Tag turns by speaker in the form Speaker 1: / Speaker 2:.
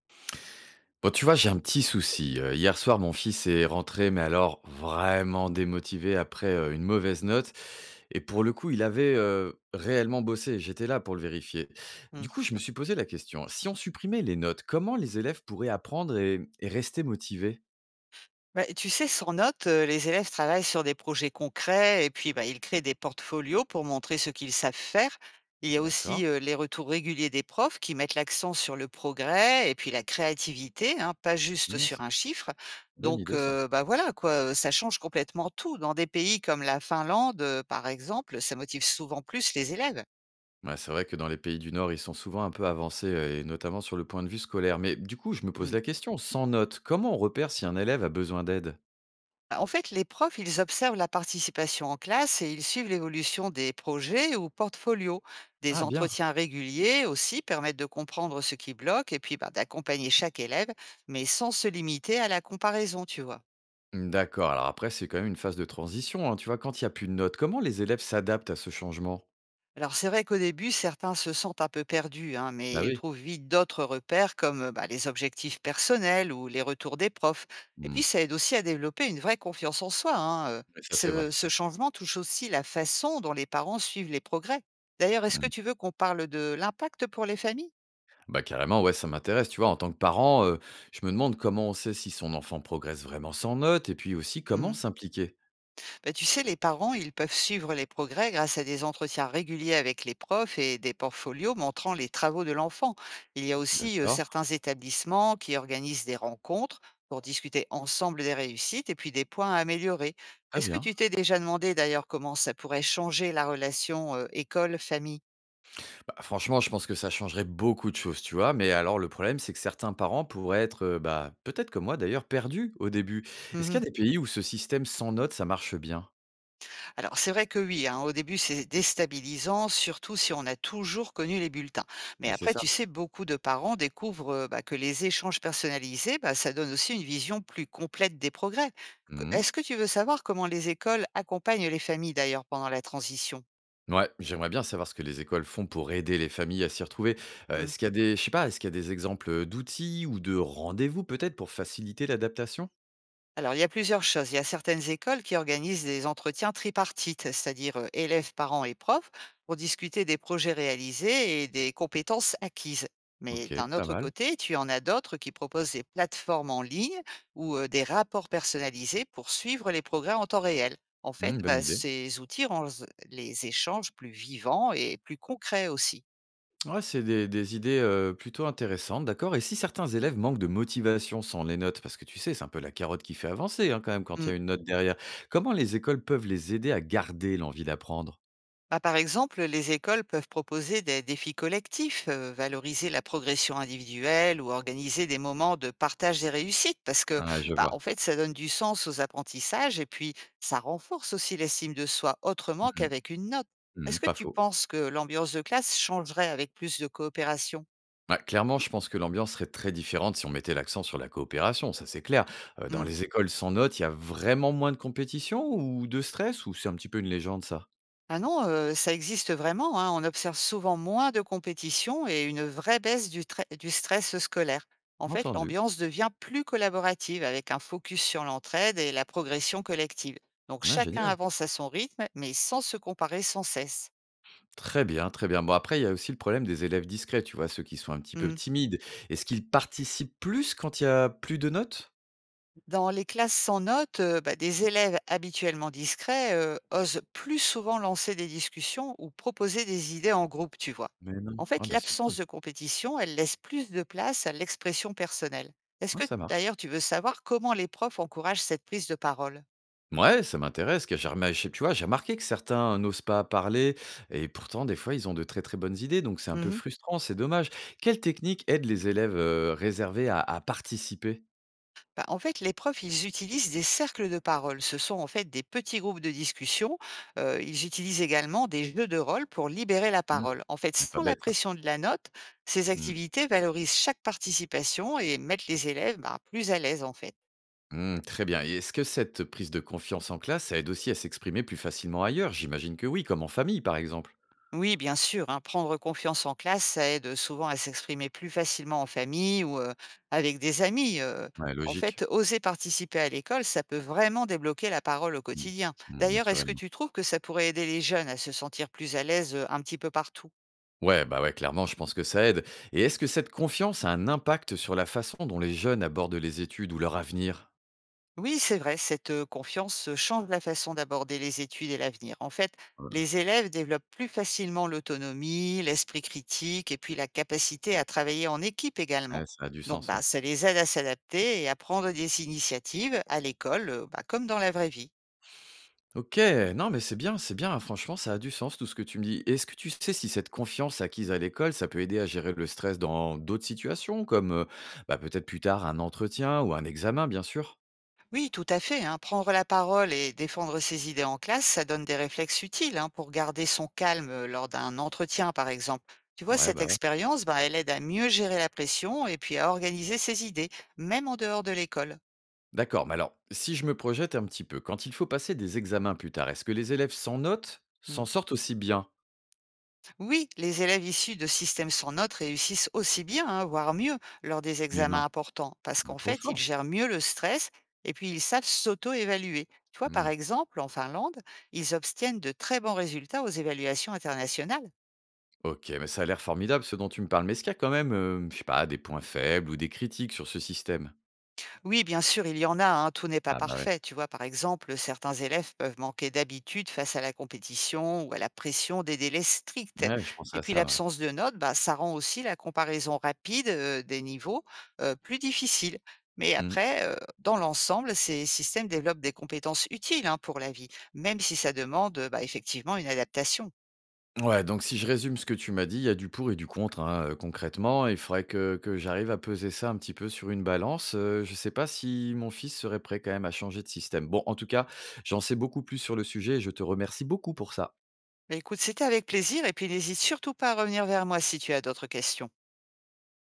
Speaker 1: Bon, tu vois, j'ai un petit souci. Hier soir, mon fils est rentré, mais alors vraiment démotivé après une mauvaise note. Et pour le coup, il avait réellement bossé. J'étais là pour le vérifier.
Speaker 2: Mmh.
Speaker 1: Du coup, je me suis posé la question, si on supprimait les notes, comment les élèves pourraient apprendre et rester motivés.
Speaker 2: Bah, tu sais, sans notes, les élèves travaillent sur des projets concrets et puis, bah, ils créent des portfolios pour montrer ce qu'ils savent faire. Il y a
Speaker 1: D'accord.
Speaker 2: aussi, les retours réguliers des profs qui mettent l'accent sur le progrès et puis la créativité, hein, pas juste
Speaker 1: Non,
Speaker 2: sur
Speaker 1: c'est
Speaker 2: un chiffre.
Speaker 1: une bonne
Speaker 2: Donc,
Speaker 1: idée, ça.
Speaker 2: bah, voilà quoi, ça change complètement tout. Dans des pays comme la Finlande, par exemple, ça motive souvent plus les élèves.
Speaker 1: Ouais, c'est vrai que dans les pays du Nord, ils sont souvent un peu avancés, et notamment sur le point de vue scolaire. Mais du coup, je me pose
Speaker 2: Mmh.
Speaker 1: la question, sans notes, comment on repère si un élève a besoin d'aide.
Speaker 2: Bah, en fait, les profs, ils observent la participation en classe et ils suivent l'évolution des projets ou portfolios. Des
Speaker 1: Ah, bien.
Speaker 2: entretiens réguliers aussi permettent de comprendre ce qui bloque et puis bah, d'accompagner chaque élève, mais sans se limiter à la comparaison, tu vois.
Speaker 1: Mmh, d'accord. Alors après, c'est quand même une phase de transition, hein. Tu vois, quand il y a plus de notes, comment les élèves s'adaptent à ce changement?
Speaker 2: Alors c'est vrai qu'au début, certains se sentent un peu perdus, hein, mais
Speaker 1: Bah
Speaker 2: ils
Speaker 1: oui.
Speaker 2: trouvent vite d'autres repères comme bah, les objectifs personnels ou les retours des profs. Et
Speaker 1: Mmh.
Speaker 2: puis ça aide aussi à développer une vraie confiance en soi, hein.
Speaker 1: Ouais, ça, c'est
Speaker 2: Ce,
Speaker 1: vrai.
Speaker 2: ce changement touche aussi la façon dont les parents suivent les progrès. D'ailleurs, est-ce que
Speaker 1: Mmh.
Speaker 2: tu veux qu'on parle de l'impact pour les familles?
Speaker 1: Bah carrément, ouais, ça m'intéresse. Tu vois, en tant que parent, je me demande comment on sait si son enfant progresse vraiment sans notes et puis aussi
Speaker 2: Hmm.
Speaker 1: comment s'impliquer?
Speaker 2: Bah, tu sais, les parents, ils peuvent suivre les progrès grâce à des entretiens réguliers avec les profs et des portfolios montrant les travaux de l'enfant. Il y a aussi
Speaker 1: D'accord,
Speaker 2: certains établissements qui organisent des rencontres pour discuter ensemble des réussites et puis des points à améliorer.
Speaker 1: très
Speaker 2: Est-ce que
Speaker 1: bien.
Speaker 2: tu t'es déjà demandé d'ailleurs comment ça pourrait changer la relation école-famille?
Speaker 1: Bah, franchement, je pense que ça changerait beaucoup de choses, tu vois? Mais alors le problème, c'est que certains parents pourraient être, bah, peut-être comme moi d'ailleurs, perdus au début. Est-ce qu'il y a des pays où ce système sans notes, ça marche bien?
Speaker 2: Alors c'est vrai que oui, hein, au début c'est déstabilisant, surtout si on a toujours connu les bulletins. Mais
Speaker 1: Bah, c'est
Speaker 2: après,
Speaker 1: ça.
Speaker 2: tu sais, beaucoup de parents découvrent bah, que les échanges personnalisés, bah, ça donne aussi une vision plus complète des progrès.
Speaker 1: Mmh.
Speaker 2: Est-ce que tu veux savoir comment les écoles accompagnent les familles d'ailleurs pendant la transition?
Speaker 1: Ouais, j'aimerais bien savoir ce que les écoles font pour aider les familles à s'y retrouver. Est-ce qu'il y a des, je sais pas, est-ce qu'il y a des exemples, d'outils ou de rendez-vous peut-être pour faciliter l'adaptation?
Speaker 2: Alors, il y a plusieurs choses. Il y a certaines écoles qui organisent des entretiens tripartites, c'est-à-dire élèves, parents et profs, pour discuter des projets réalisés et des compétences acquises. Mais
Speaker 1: OK,
Speaker 2: d'un
Speaker 1: pas
Speaker 2: autre
Speaker 1: mal.
Speaker 2: côté, tu en as d'autres qui proposent des plateformes en ligne ou des rapports personnalisés pour suivre les progrès en temps réel. En fait,
Speaker 1: Mmh, bonne
Speaker 2: bah,
Speaker 1: idée.
Speaker 2: ces outils rendent les échanges plus vivants et plus concrets aussi.
Speaker 1: Ouais, c'est des idées, plutôt intéressantes, d'accord, et si certains élèves manquent de motivation sans les notes, parce que tu sais, c'est un peu la carotte qui fait avancer, hein, quand même, quand il y a une note derrière. Comment les écoles peuvent les aider à garder l'envie d'apprendre?
Speaker 2: Bah, par exemple, les écoles peuvent proposer des défis collectifs, valoriser la progression individuelle ou organiser des moments de partage des réussites parce que,
Speaker 1: Ah, je
Speaker 2: bah, en
Speaker 1: vois.
Speaker 2: fait, ça donne du sens aux apprentissages et puis ça renforce aussi l'estime de soi autrement
Speaker 1: Mmh mh.
Speaker 2: qu'avec une note.
Speaker 1: Mmh,
Speaker 2: Est-ce que
Speaker 1: pas
Speaker 2: tu
Speaker 1: faux.
Speaker 2: penses que l'ambiance de classe changerait avec plus de coopération?
Speaker 1: Bah, clairement, je pense que l'ambiance serait très différente si on mettait l'accent sur la coopération, ça c'est clair. Dans
Speaker 2: Hmm.
Speaker 1: les écoles sans notes, il y a vraiment moins de compétition ou de stress, ou c'est un petit peu une légende ça?
Speaker 2: Ah non, ça existe vraiment, hein. On observe souvent moins de compétition et une vraie baisse du trai du stress scolaire. En fait,
Speaker 1: Entendu.
Speaker 2: l'ambiance devient plus collaborative avec un focus sur l'entraide et la progression collective. Donc
Speaker 1: Ah
Speaker 2: chacun
Speaker 1: génial.
Speaker 2: avance à son rythme, mais sans se comparer sans cesse.
Speaker 1: Très bien, très bien. Bon, après il y a aussi le problème des élèves discrets, tu vois? Ceux qui sont un petit peu
Speaker 2: Mmh.
Speaker 1: timides. Est-ce qu'ils participent plus quand il y a plus de notes?
Speaker 2: Dans les classes sans notes, bah, des élèves habituellement discrets, osent plus souvent lancer des discussions ou proposer des idées en groupe, tu vois?
Speaker 1: Mais non.
Speaker 2: En
Speaker 1: Ah
Speaker 2: fait,
Speaker 1: bah, c'est
Speaker 2: l'absence
Speaker 1: cool.
Speaker 2: de compétition, elle laisse plus de place à l'expression personnelle. Est-ce
Speaker 1: Ah
Speaker 2: que
Speaker 1: ça marche.
Speaker 2: d'ailleurs tu veux savoir comment les profs encouragent cette prise de parole?
Speaker 1: Ouais, ça m'intéresse, que j'ai remar tu vois, j'ai remarqué que certains n'osent pas parler, et pourtant des fois ils ont de très, très bonnes idées, donc c'est un peu
Speaker 2: Mmh.
Speaker 1: frustrant, c'est dommage. Quelle technique aide les élèves, réservés à participer?
Speaker 2: Bah, en fait, les profs, ils utilisent des cercles de parole. Ce sont en fait des petits groupes de discussion. Ils utilisent également des jeux de rôle pour libérer la
Speaker 1: Mmh,
Speaker 2: parole. En fait,
Speaker 1: mais pas
Speaker 2: sans la
Speaker 1: bête ça.
Speaker 2: pression de la note, ces
Speaker 1: Mmh.
Speaker 2: activités valorisent chaque participation et mettent les élèves bah, plus à l'aise en fait.
Speaker 1: Mmh, très bien, et est-ce que cette prise de confiance en classe, ça aide aussi à s'exprimer plus facilement ailleurs? J'imagine que oui, comme en famille par exemple?
Speaker 2: Oui, bien sûr, hein, prendre confiance en classe, ça aide souvent à s'exprimer plus facilement en famille ou avec des amis.
Speaker 1: Ouais,
Speaker 2: En
Speaker 1: logique.
Speaker 2: fait, oser participer à l'école, ça peut vraiment débloquer la parole au
Speaker 1: Mmh.
Speaker 2: quotidien.
Speaker 1: Mmh,
Speaker 2: D'ailleurs, est-ce que
Speaker 1: naturellement.
Speaker 2: tu trouves que ça pourrait aider les jeunes à se sentir plus à l'aise un petit peu partout?
Speaker 1: Ouais, bah, ouais, clairement, je pense que ça aide, et est-ce que cette confiance a un impact sur la façon dont les jeunes abordent les études ou leur avenir?
Speaker 2: Oui, c'est vrai, cette confiance change la façon d'aborder les études et l'avenir. En fait, les élèves développent plus facilement l'autonomie, l'esprit critique et puis la capacité à travailler en équipe également.
Speaker 1: Ouais, ça a du
Speaker 2: Donc,
Speaker 1: sens,
Speaker 2: bah,
Speaker 1: ouais.
Speaker 2: ça les aide à s'adapter et à prendre des initiatives à l'école, bah, comme dans la vraie vie.
Speaker 1: OK, non, mais c'est bien, franchement, ça a du sens tout ce que tu me dis. Est-ce que tu sais si cette confiance acquise à l'école, ça peut aider à gérer le stress dans d'autres situations comme, bah, peut-être plus tard un entretien ou un examen, bien sûr?
Speaker 2: Oui, tout à fait, hein. Prendre la parole et défendre ses idées en classe, ça donne des réflexes utiles hein, pour garder son calme lors d'un entretien, par exemple. Tu vois,
Speaker 1: Ouais,
Speaker 2: cette
Speaker 1: bah, ouais.
Speaker 2: expérience, ben, elle aide à mieux gérer la pression et puis à organiser ses idées, même en dehors de l'école.
Speaker 1: D'accord, mais alors, si je me projette un petit peu, quand il faut passer des examens plus tard, est-ce que les élèves sans notes
Speaker 2: Hmm.
Speaker 1: s'en sortent aussi bien?
Speaker 2: Oui, les élèves issus de systèmes sans notes réussissent aussi bien, hein, voire mieux, lors des
Speaker 1: Mais
Speaker 2: examens
Speaker 1: non,
Speaker 2: importants, parce
Speaker 1: bah,
Speaker 2: qu'en
Speaker 1: trop
Speaker 2: fait, ils
Speaker 1: fort.
Speaker 2: gèrent mieux le stress et puis ils savent s'auto-évaluer. Tu vois, par
Speaker 1: Mmh.
Speaker 2: exemple, en Finlande, ils obtiennent de très bons résultats aux évaluations internationales.
Speaker 1: OK, mais ça a l'air formidable ce dont tu me parles, mais est-ce qu'il y a quand même, je sais pas, des points faibles ou des critiques sur ce système?
Speaker 2: Oui, bien sûr, il y en a, hein, tout n'est pas
Speaker 1: Ah, bah, ouais.
Speaker 2: parfait. Tu vois, par exemple, certains élèves peuvent manquer d'habitude face à la compétition ou à la pression des délais stricts.
Speaker 1: Ouais, je pensais
Speaker 2: Et
Speaker 1: à
Speaker 2: puis
Speaker 1: ça, ouais.
Speaker 2: l'absence de notes, bah, ça rend aussi la comparaison rapide des niveaux plus difficile. Mais
Speaker 1: Mmh.
Speaker 2: après, dans l'ensemble, ces systèmes développent des compétences utiles hein, pour la vie, même si ça demande bah, effectivement une adaptation.
Speaker 1: Ouais, donc si je résume ce que tu m'as dit, il y a du pour et du contre, hein, concrètement. Il faudrait que j'arrive à peser ça un petit peu sur une balance, je ne sais pas si mon fils serait prêt quand même à changer de système. Bon, en tout cas, j'en sais beaucoup plus sur le sujet et je te remercie beaucoup pour ça.
Speaker 2: Mais écoute, c'était avec plaisir et puis n'hésite surtout pas à revenir vers moi si tu as d'autres questions.